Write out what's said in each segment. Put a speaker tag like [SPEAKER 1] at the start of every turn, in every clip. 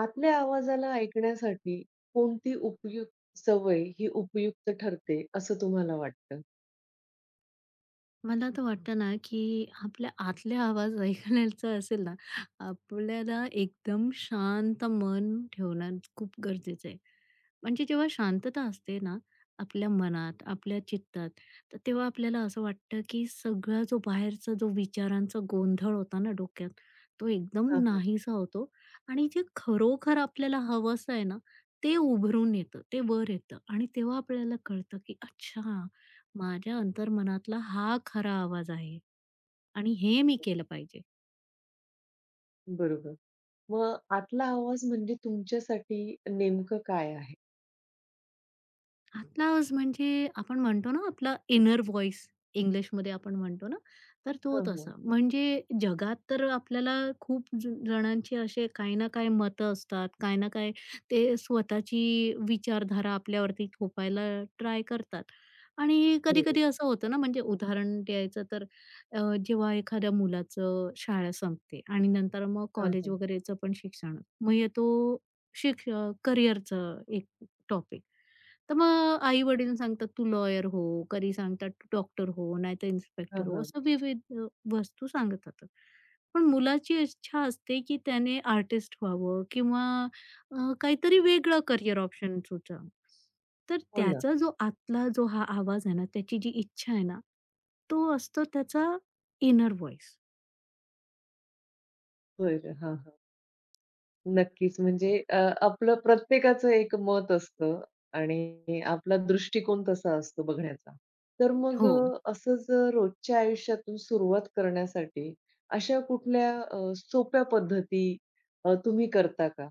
[SPEAKER 1] आपल्या आवाजाला ऐकण्यासाठी कोणती उपयुक्त सवय ही उपयुक्त ठरते असं तुम्हाला वाटतं?
[SPEAKER 2] मला तर वाटतं ना, की आपल्या आतल्या आवाज ऐकायचा असेल ना, आपल्याला एकदम शांत मन ठेवणं खूप गरजेचं आहे. म्हणजे जेव्हा शांतता असते ना, आपल्या मनात, आपल्या चित्तात, तर तेव्हा आपल्याला असं वाटतं, की सगळा जो बाहेरचा जो विचारांचा गोंधळ होता ना डोक्यात, तो एकदम
[SPEAKER 1] हां, हां.
[SPEAKER 2] नाहीसा होतो आणि जे खरोखर आपल्याला हवंसं आहे ना, ते उभरून येतं, ते वर येतं आणि तेव्हा आपल्याला कळतं, की अच्छा माझ्या अंतर्मनातला हा खरा आवाज आहे आणि हे मी केलं पाहिजे.
[SPEAKER 1] बरोबर. मग आतला आवाज म्हणजे तुमच्यासाठी नेमकं काय आहे?
[SPEAKER 2] आतला आवाज म्हणजे आपण म्हणतो ना आपला इनर व्हॉइस इंग्लिशमध्ये आपण म्हणतो ना, तर तो
[SPEAKER 1] हां,
[SPEAKER 2] तसा.
[SPEAKER 1] हां.
[SPEAKER 2] म्हणजे जगात तर आपल्याला खूप जणांचे असे काही ना काही मतं असतात, काही ना काही ते स्वतःची विचारधारा आपल्यावरती थोपायला ट्राय करतात. आणि
[SPEAKER 1] बरोबर.
[SPEAKER 2] कधी-कधी असं होतं ना, म्हणजे उदाहरण द्यायचं तर अ, जेव्हा एखाद्या मुलाचं शाळा संपते आणि नंतर मग
[SPEAKER 1] हां,
[SPEAKER 2] कॉलेज
[SPEAKER 1] हां.
[SPEAKER 2] वगैरेचं पण शिक्षण, मग येतो शिक्ष करिअरचं एक टॉपिक. तर मग आई-वडील सांगतात, "तू लॉयर हो." कधी सांगतात, "तू डॉक्टर हो, नाहीतर
[SPEAKER 1] हां,
[SPEAKER 2] इन्स्पेक्टर हो."
[SPEAKER 1] हां.
[SPEAKER 2] असं विविध वस्तू सांगत असतात. पण मुलाची इच्छा असते, की त्याने आर्टिस्ट व्हावं किंवा काहीतरी वेगळं करियर ऑप्शन सुचावं. तर
[SPEAKER 1] हो ना.
[SPEAKER 2] त्याचा जो आतला जो हा आवाज आहे ना, त्याची जी इच्छा आहे ना, तो असतो त्याचा इनर व्हॉईस.
[SPEAKER 1] बरं. हां, हां. नक्कीच. आपलं प्रत्येकाचं एक मत असतं आणि आपला दृष्टिकोन तसा असतो बघण्याचा.
[SPEAKER 2] हो.
[SPEAKER 1] रोजच्या आयुष्यातून सुरुवात करण्यासाठी सोप्या पद्धती तुम्ही करता का?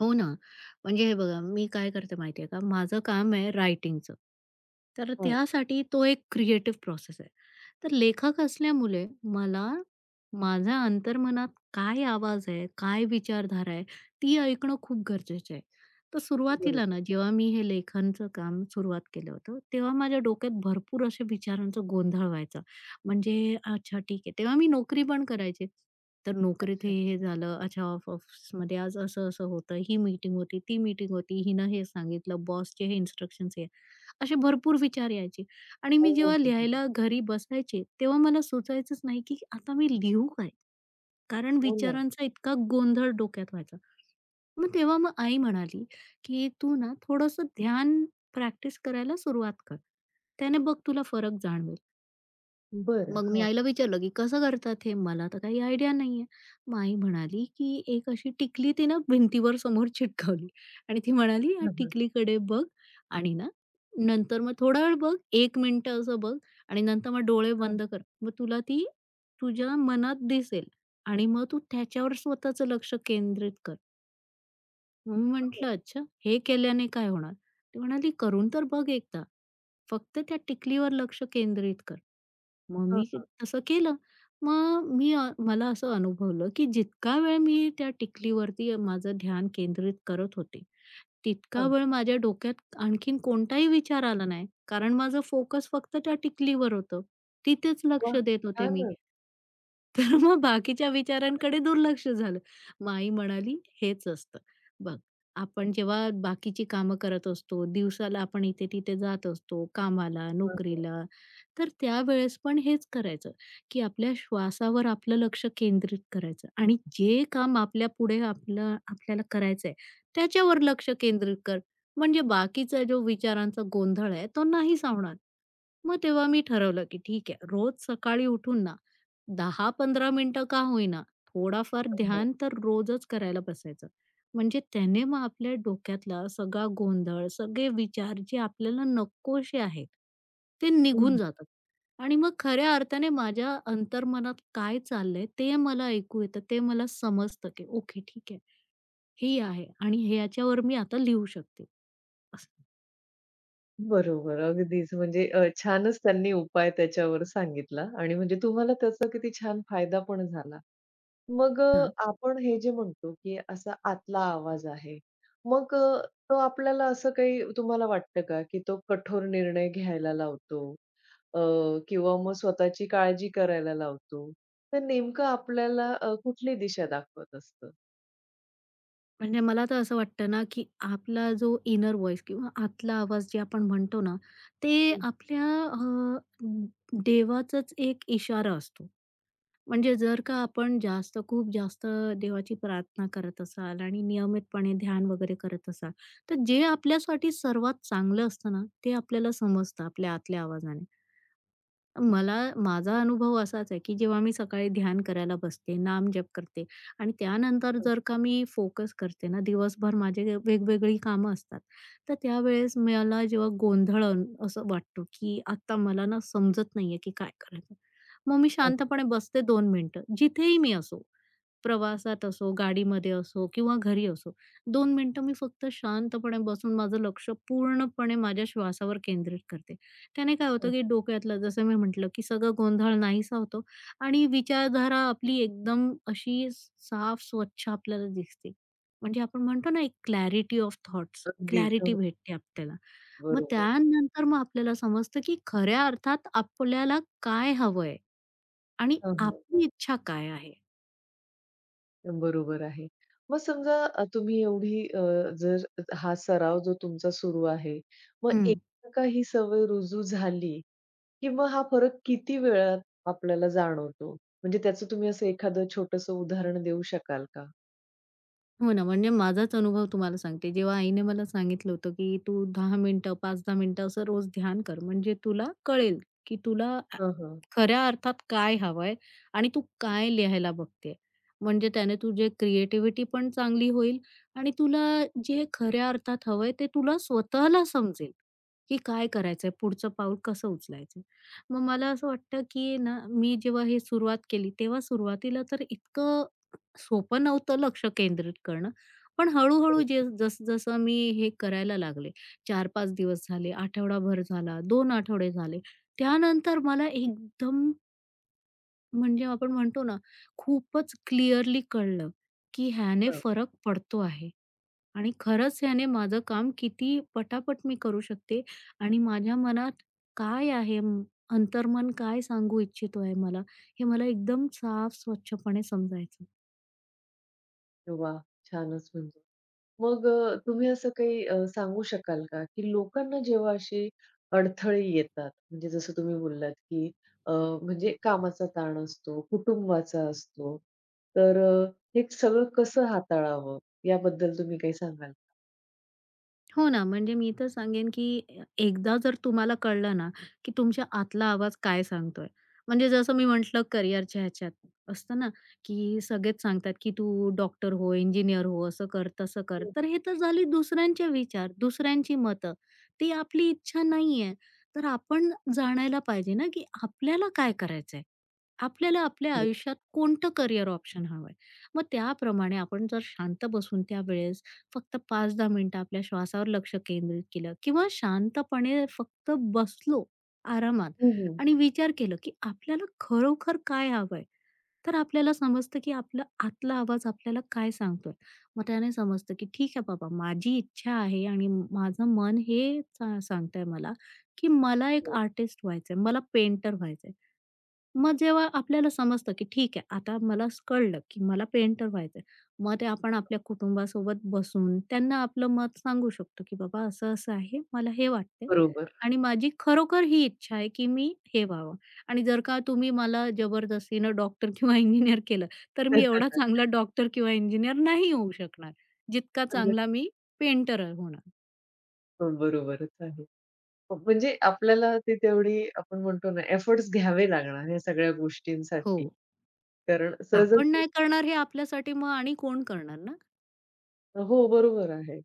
[SPEAKER 2] हो ना. म्हणजे हे बघा, मी काय करते माहिती आहे का, माझं काम आहे रायटिंगचं. तर
[SPEAKER 1] हां,
[SPEAKER 2] त्यासाठी तो एक क्रिएटिव्ह प्रोसेस आहे. तर लेखक असल्यामुळे मला माझ्या अंतर्मनात काय आवाज आहे, काय विचारधारा आहे, ती ऐकणं खूप गरजेचं आहे. तर सुरुवातीला ना,
[SPEAKER 1] बरोबर.
[SPEAKER 2] जेव्हा मी हे लेखनचं काम सुरुवात केलं होतं, तेव्हा माझ्या डोक्यात भरपूर असे विचारांचा गोंधळ व्हायचा. म्हणजे अच्छा ठीक आहे. तेव्हा मी नोकरी पण करायचे. तर नोकरीत हे-हे झालं. अच्छा, ऑफिसमध्ये आज असं-असं होतं. ही मीटिंग होती, ती मीटिंग होती. हिनं हे सांगितलं, बॉसचे हे इन्स्ट्रक्शन्स हे. असे भरपूर विचार यायचे आणि मी
[SPEAKER 1] हो, हो,
[SPEAKER 2] जेव्हा
[SPEAKER 1] हो, हो.
[SPEAKER 2] लिहायला घरी बसायचे, तेव्हा मला सुचायचंच नाही, की आता मी लिहू काय? कारण
[SPEAKER 1] हो ना.
[SPEAKER 2] विचारांचा इतका गोंधळ डोक्यात व्हायचा. मग तेव्हा मग आई म्हणाली, "की तू ना थोडंसं ध्यान प्रॅक्टिस करायला सुरुवात कर. त्याने बघ तुला फरक जाणवेल."
[SPEAKER 1] बरं.
[SPEAKER 2] मग मी
[SPEAKER 1] हां,
[SPEAKER 2] आईला विचारलं, की "कसं करतात हे? मला तर काही आयडिया नाहीये." मग आई म्हणाली, की "एक अशी टिकली ती ना भिंतीवर समोर चिटकवली आणि ती म्हणाली, "या
[SPEAKER 1] हां, हां.
[SPEAKER 2] टिकलीकडे बघ आणि ना नंतर मग थोडा वेळ बघ, 1 मिनिटं असं बघ आणि नंतर मग डोळे
[SPEAKER 1] हां,
[SPEAKER 2] बंद कर. मग तुला ती तुझ्या मनात दिसेल आणि मग तू त्याच्यावर स्वतःचं लक्ष केंद्रित कर." मग मी
[SPEAKER 1] हां,
[SPEAKER 2] म्हटलं, "अच्छा, हे केल्याने काय होणार?" ती म्हणाली, "करून तर बघ एकदा. फक्त त्या टिकलीवर लक्ष केंद्रित कर." मग मी ते
[SPEAKER 1] हां,
[SPEAKER 2] तसं केलं. मग मी मला असं अनुभवलं, की जितका वेळ मी त्या टिकलीवरती माझं ध्यान केंद्रित करत होते, तितका
[SPEAKER 1] हां.
[SPEAKER 2] वेळ माझ्या डोक्यात आणखीन कोणताही विचार आला नाही. कारण माझं फोकस फक्त त्या टिकलीवर होतं. तिथेच लक्ष
[SPEAKER 1] वाह!
[SPEAKER 2] देत होते मी.
[SPEAKER 1] छानच.
[SPEAKER 2] तर मग बाकीच्या विचारांकडे दुर्लक्ष झालं. मग आई म्हणाली, "हेच असतं. बघ, आपण जेव्हा बाकीची कामं करत असतो, दिवसाला आपण इथे-तिथे जात असतो कामाला,
[SPEAKER 1] हां,
[SPEAKER 2] नोकरीला, तर त्यावेळेस पण हेच करायचं, की आपल्या श्वासावर आपलं लक्ष केंद्रित करायचं आणि जे काम आपल्यापुढे आपलं आपल्याला करायचंय, त्याच्यावर लक्ष केंद्रित कर. म्हणजे बाकीचा जो विचारांचा गोंधळ आहे, तो नाही सावणार." मग तेव्हा मी ठरवलं, की ठीक आहे, रोज सकाळी उठून ना 10-15 मिनिटं का होईना, थोडाफार
[SPEAKER 1] हां, हां.
[SPEAKER 2] ध्यान तर रोजच करायला बसायचं. म्हणजे त्याने मग आपल्या डोक्यातला सगळा गोंधळ, सगळे विचार जे आपल्याला नकोसे आहेत, ते निघून
[SPEAKER 1] हं.
[SPEAKER 2] जातात. आणि मग खऱ्या अर्थाने माझ्या अंतर्मनात काय चाललंय ते मला ऐकू येतं. ते मला समजतं की ओके ठीक आहे. हे आहे आणि ह्याच्यावर मी आता लिहू शकते. असं.
[SPEAKER 1] बरोबर. अगदीच. छानच त्यांनी उपाय त्याच्यावर सांगितला आणि म्हणजे तुम्हाला त्याचा किती छान फायदा पण झाला. आपण हे जे म्हणतो, की असा आतला आवाज आहे. मग अ, तो आपल्याला असं काही तुम्हाला वाटतं का, की तो कठोर निर्णय घ्यायला लावतो अ, किंवा मग स्वतःची काळजी करायला लावतो. तर नेमकं आपल्याला कुठली दिशा दाखवत असतं?
[SPEAKER 2] म्हणजे मला तर असं वाटतं ना, की आपला जो इनर व्हॉईस किंवा आतला आवाज जे आपण म्हणतो ना, ते
[SPEAKER 1] हं,
[SPEAKER 2] आपल्या अ, देवाचाच एक इशारा असतो. म्हणजे जर का आपण जास्त खूप जास्त देवाची प्रार्थना करत असाल आणि नियमितपणे ध्यान वगैरे करत असाल, तर जे आपल्यासाठी सर्वात चांगलं असतं ना, ते आपल्याला समजतं आपल्या आतल्या आवाजाने. मला माझा अनुभव असाच आहे, की जेव्हा मी सकाळी ध्यान करायला बसते, नाम नामजप करते आणि त्यानंतर जर का मी फोकस करते ना, दिवसभर माझे वेगवेगळी कामं असतात. तर त्यावेळेस मला जेव्हा गोंधळ असं वाटतो, की आता मला ना समजत नाहीये, की काय करायचं? मग मी
[SPEAKER 1] हां,
[SPEAKER 2] शांतपणे बसते 2 मिनिटं, जिथेही मी असो. प्रवासात असो, गाडीमध्ये असो किंवा घरी असो, दोन मिनिटं मी फक्त शांतपणे बसून माझं लक्ष पूर्णपणे माझ्या श्वासावर केंद्रित करते. त्याने काय होतं, की
[SPEAKER 1] हां.
[SPEAKER 2] डोक्यातलं जसं मी म्हटलं, की सगळं गोंधळ नाहीसा होतो आणि विचारधारा आपली एकदम अशी साफ, स्वच्छ आपल्याला दिसते. म्हणजे आपण म्हणतो ना, एक क्लॅरिटी ऑफ थॉट्स,
[SPEAKER 1] अगदीच. हो,
[SPEAKER 2] क्लॅरिटी भेटते आपल्याला. मग
[SPEAKER 1] बरोबर.
[SPEAKER 2] त्यानंतर मग आपल्याला समजतं, की खऱ्या अर्थात आपल्याला काय हवंय आणि
[SPEAKER 1] हां, हां.
[SPEAKER 2] आपली इच्छा काय आहे?
[SPEAKER 1] बरोबर आहे. मग समजा तुम्ही एवढी जर हा सराव जो तुमचा सुरू आहे, मग एकदा का ही सवय रुजू झाली, की मग हा फरक किती वेळात आपल्याला जाणवतो? म्हणजे त्याचं तुम्ही असं एखादं छोटंसं उदाहरण देऊ शकाल का?
[SPEAKER 2] हो ना, म्हणजे माझाच अनुभव तुम्हाला सांगते. जेव्हा आईने मला सांगितलं होतं, की "तू 10 मिनिटं, 5-10 मिनिटं असं रोज ध्यान कर, म्हणजे तुला कळेल, की तुला
[SPEAKER 1] हं, हं.
[SPEAKER 2] खऱ्या अर्थात काय हवंय आणि तू काय लिहायला बघतेय." म्हणजे त्याने तुझी क्रिएटिव्हिटी पण चांगली होईल आणि तुला जे खऱ्या अर्थात हवंय, ते तुला स्वतःला समजेल, की काय करायचंय, पुढचं पाऊल कसं उचलायचं. मग मला असं वाटतं, की ना, मी जेव्हा हे सुरुवात केली, तेव्हा सुरुवातीला तर इतकं सोपं नव्हतं लक्ष केंद्रित करणं. पण हळू-हळू
[SPEAKER 1] बरोबर.
[SPEAKER 2] जे जस जसं मी हे करायला लागले, चार 5 दिवस झाले, आठवडाभर झाला, दोन आठवडे झाले. त्यानंतर मला एकदम म्हणजे आपण म्हणतो ना, खूपच क्लिअरली कळलं, की ह्याने
[SPEAKER 1] हं.
[SPEAKER 2] फरक पडतो आहे आणि खरंच ह्याने माझं काम किती पटापट मी करू शकते आणि माझ्या मनात काय आहे, अंतर्मन काय सांगू इच्छितो आहे मला, हे मला एकदम साफ स्वच्छपणे समजायचं.
[SPEAKER 1] वाह! छानच म्हणजे. तुम्ही असं काही सांगू शकाल का, की लोकांना जेव्हा अशी अडथळे येतात, म्हणजे जसं तुम्ही बोललात, की अ, म्हणजे कामाचा ताण असतो, कुटुंबाचा असतो, तर हे सगळं कसं हाताळावं याबद्दल तुम्ही काही सांगाल का?
[SPEAKER 2] हो ना, म्हणजे मी तर सांगेन, की एकदा जर तुम्हाला कळलं ना, की तुमच्या आतला आवाज काय सांगतोय. म्हणजे जसं मी म्हटलं करिअरच्या ह्याच्यात असतं ना, की सगळेच सांगतात, की "तू डॉक्टर हो, इंजिनियर हो, असं कर, तसं कर."
[SPEAKER 1] हं,
[SPEAKER 2] तर हे तर झाले दुसऱ्यांचे विचार, दुसऱ्यांची मतं. ती आपली इच्छा नाहीये. तर आपण जाणायला पाहिजे ना, की आपल्याला काय करायचंय? आपल्याला आपल्या
[SPEAKER 1] हं.
[SPEAKER 2] आयुष्यात कोणतं करिअर ऑप्शन हवंय? मग त्याप्रमाणे आपण जर शांत बसून त्यावेळेस फक्त 5-10 मिनिटं आपल्या श्वासावर लक्ष केंद्रित केलं किंवा शांतपणे फक्त बसलो आरामात
[SPEAKER 1] हं, हं.
[SPEAKER 2] आणि विचार केलं, की आपल्याला खरोखर काय हवंय? तर आपल्याला समजतं, की आपलं आतला आवाज आपल्याला काय सांगतोय. मग त्याने समजतं, की ठीक आहे बाबा, माझी इच्छा आहे आणि माझं मन हे सांगतंय मला, की मला एक
[SPEAKER 1] हो,
[SPEAKER 2] आर्टिस्ट व्हायचंय, मला पेंटर व्हायचंय. मग जेव्हा आपल्याला समजतं, की ठीक आहे, आता मला कळलं, की मला पेंटर व्हायचंय. मग ते आपण आपल्या कुटुंबासोबत बसून त्यांना आपलं मत सांगू शकतो, की बाबा असं-असं आहे, मला हे वाटतंय
[SPEAKER 1] बरोबर.
[SPEAKER 2] आणि माझी खरोखर ही इच्छा आहे, की मी हे व्हावं. आणि जर का तुम्ही मला जबरदस्तीनं डॉक्टर किंवा इंजिनिअर केलं, तर मी एवढा चांगला डॉक्टर किंवा इंजिनिअर नाही होऊ शकणार, जितका चांगला मी पेंटर होणार.
[SPEAKER 1] बरोबरच आहे. म्हणजे आपल्याला ती तेवढी, आपण म्हणतो ना, एफर्ट्स घ्यावे लागणार ह्या सगळ्या
[SPEAKER 2] हो.
[SPEAKER 1] गोष्टींसाठी. कारण
[SPEAKER 2] आपण
[SPEAKER 1] सहजच
[SPEAKER 2] नाही करणार हे आपल्यासाठी मग आणि कोण करणार ना?
[SPEAKER 1] हो, बरोबर आहे.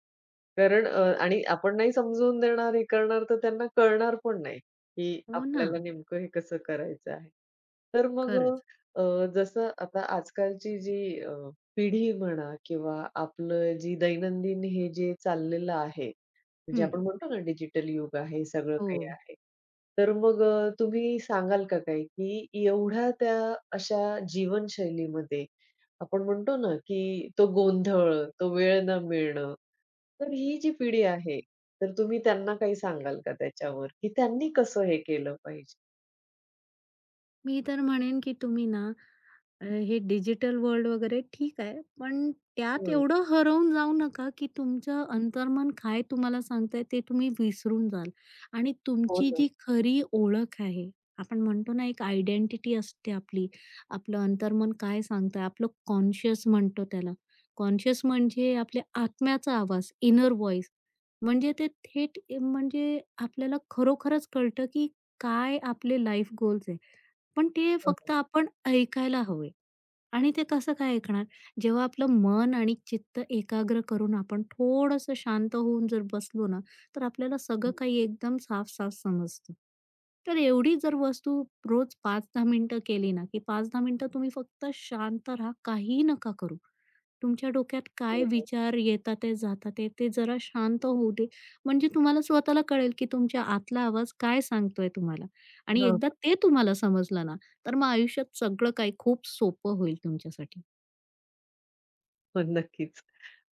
[SPEAKER 1] कारण आणि आपण नाही समजून देणार, हे करणार, तर त्यांना कळणार पण नाही, की
[SPEAKER 2] हो ना.
[SPEAKER 1] आपल्याला नेमकं हे कसं करायचं आहे. तर मग अ,
[SPEAKER 2] खरंच.
[SPEAKER 1] अ, जसं आता आजकालची जी पिढी म्हणा किंवा आपलं जी दैनंदिन हे जे चाललेलं आहे, म्हणजे
[SPEAKER 2] हं.
[SPEAKER 1] आपण म्हणतो ना डिजिटल युग आहे, सगळं
[SPEAKER 2] हो.
[SPEAKER 1] काही आहे. तुम्ही सांगाल का काही, की एवढ्या त्या अशा जीवनशैलीमध्ये आपण म्हणतो ना, की तो गोंधळ, तो वेळ न मिळणं, तर ही जी पिढी आहे, तर तुम्ही त्यांना काही सांगाल का त्याच्यावर, की त्यांनी कसं हे केलं पाहिजे?
[SPEAKER 2] मी तर म्हणेन की तुम्ही ना हे डिजिटल वर्ल्ड वगैरे ठीक आहे, पण त्यात
[SPEAKER 1] हं,
[SPEAKER 2] एवढं हरवून जाऊ नका, की तुमचं अंतर्मन काय तुम्हाला सांगतंय ते तुम्ही विसरून जाल आणि
[SPEAKER 1] हो
[SPEAKER 2] तुमची
[SPEAKER 1] ना.
[SPEAKER 2] जी खरी ओळख आहे, आपण म्हणतो ना एक आयडेंटिटी असते आपली. आपलं अंतर्मन काय सांगतंय, आपलं कॉन्शियस म्हणतो त्याला. कॉन्शियस म्हणजे आपल्या आत्म्याचा आवाज, इनर व्हॉईस. म्हणजे ते थेट म्हणजे आपल्याला खरोखरच कळतं, की काय आपले लाईफ गोल्स आहे. पण ते
[SPEAKER 1] हं,
[SPEAKER 2] फक्त आपण ऐकायला हवे. आणि ते कसं काय ऐकणार? जेव्हा आपलं मन आणि चित्त एकाग्र करून आपण थोडंसं शांत होऊन जर बसलो ना, तर आपल्याला सगळं
[SPEAKER 1] हं,
[SPEAKER 2] काही एकदम साफ-साफ समजतं. तर एवढी जर वस्तू रोज 5-10 मिनिटं केली ना, की 5-10 मिनिटं तुम्ही फक्त शांत राहा, काहीही नका करू. तुमच्या डोक्यात काय
[SPEAKER 1] बरोबर.
[SPEAKER 2] विचार येतात आहे, जातात आहे, ते जरा शांत होऊ दे. म्हणजे तुम्हाला स्वतःला कळेल, की तुमच्या आतला आवाज काय सांगतोय तुम्हाला आणि
[SPEAKER 1] हां,
[SPEAKER 2] एकदा ते तुम्हाला समजलं ना तर मग आयुष्यात सगळं काही खूप सोपं होईल तुमच्यासाठी.
[SPEAKER 1] पण नक्कीच.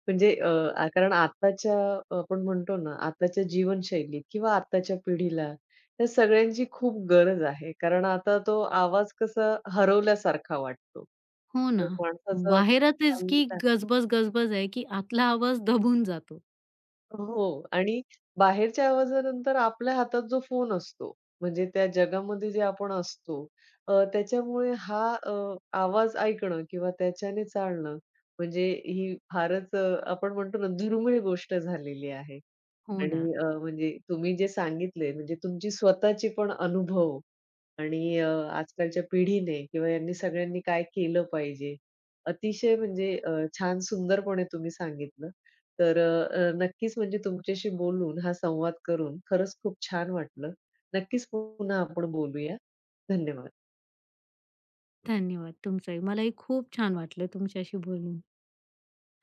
[SPEAKER 1] म्हणजे अ, कारण आताच्या आपण म्हणतो ना, आताच्या जीवनशैलीत किंवा आताच्या पिढीला त्या सगळ्यांची खूप गरज आहे. कारण आता तो आवाज कसा हरवल्यासारखा वाटतो.
[SPEAKER 2] हो ना.
[SPEAKER 1] तर माणसाचं
[SPEAKER 2] बाहेरच इतकी गजबज-गजबज आहे, की आतला आवाज दबून जातो.
[SPEAKER 1] हो आणि बाहेरच्या आवाजानंतर आपल्या हातात जो फोन असतो, म्हणजे त्या जगामध्ये जे आपण असतो, त्याच्यामुळे हा आवाज ऐकणं किंवा त्याच्याने चालणं, म्हणजे ही फारच आपण म्हणतो ना, दुर्मिळ गोष्ट झालेली आहे.
[SPEAKER 2] हो ना.
[SPEAKER 1] आणि म्हणजे तुम्ही जे सांगितले, म्हणजे तुमची स्वतःची पण अनुभव आणि आजकालच्या पिढीने किंवा यांनी सगळ्यांनी काय केलं पाहिजे. अतिशय म्हणजे छान सुंदरपणे तुम्ही सांगितलं. तर नक्कीच म्हणजे तुमच्याशी बोलून हा संवाद करून खरंच खूप छान वाटलं. नक्कीच पुन्हा आपण बोलूया. धन्यवाद.
[SPEAKER 2] धन्यवाद तुमचाही. मलाही खूप छान वाटलं तुमच्याशी बोलून.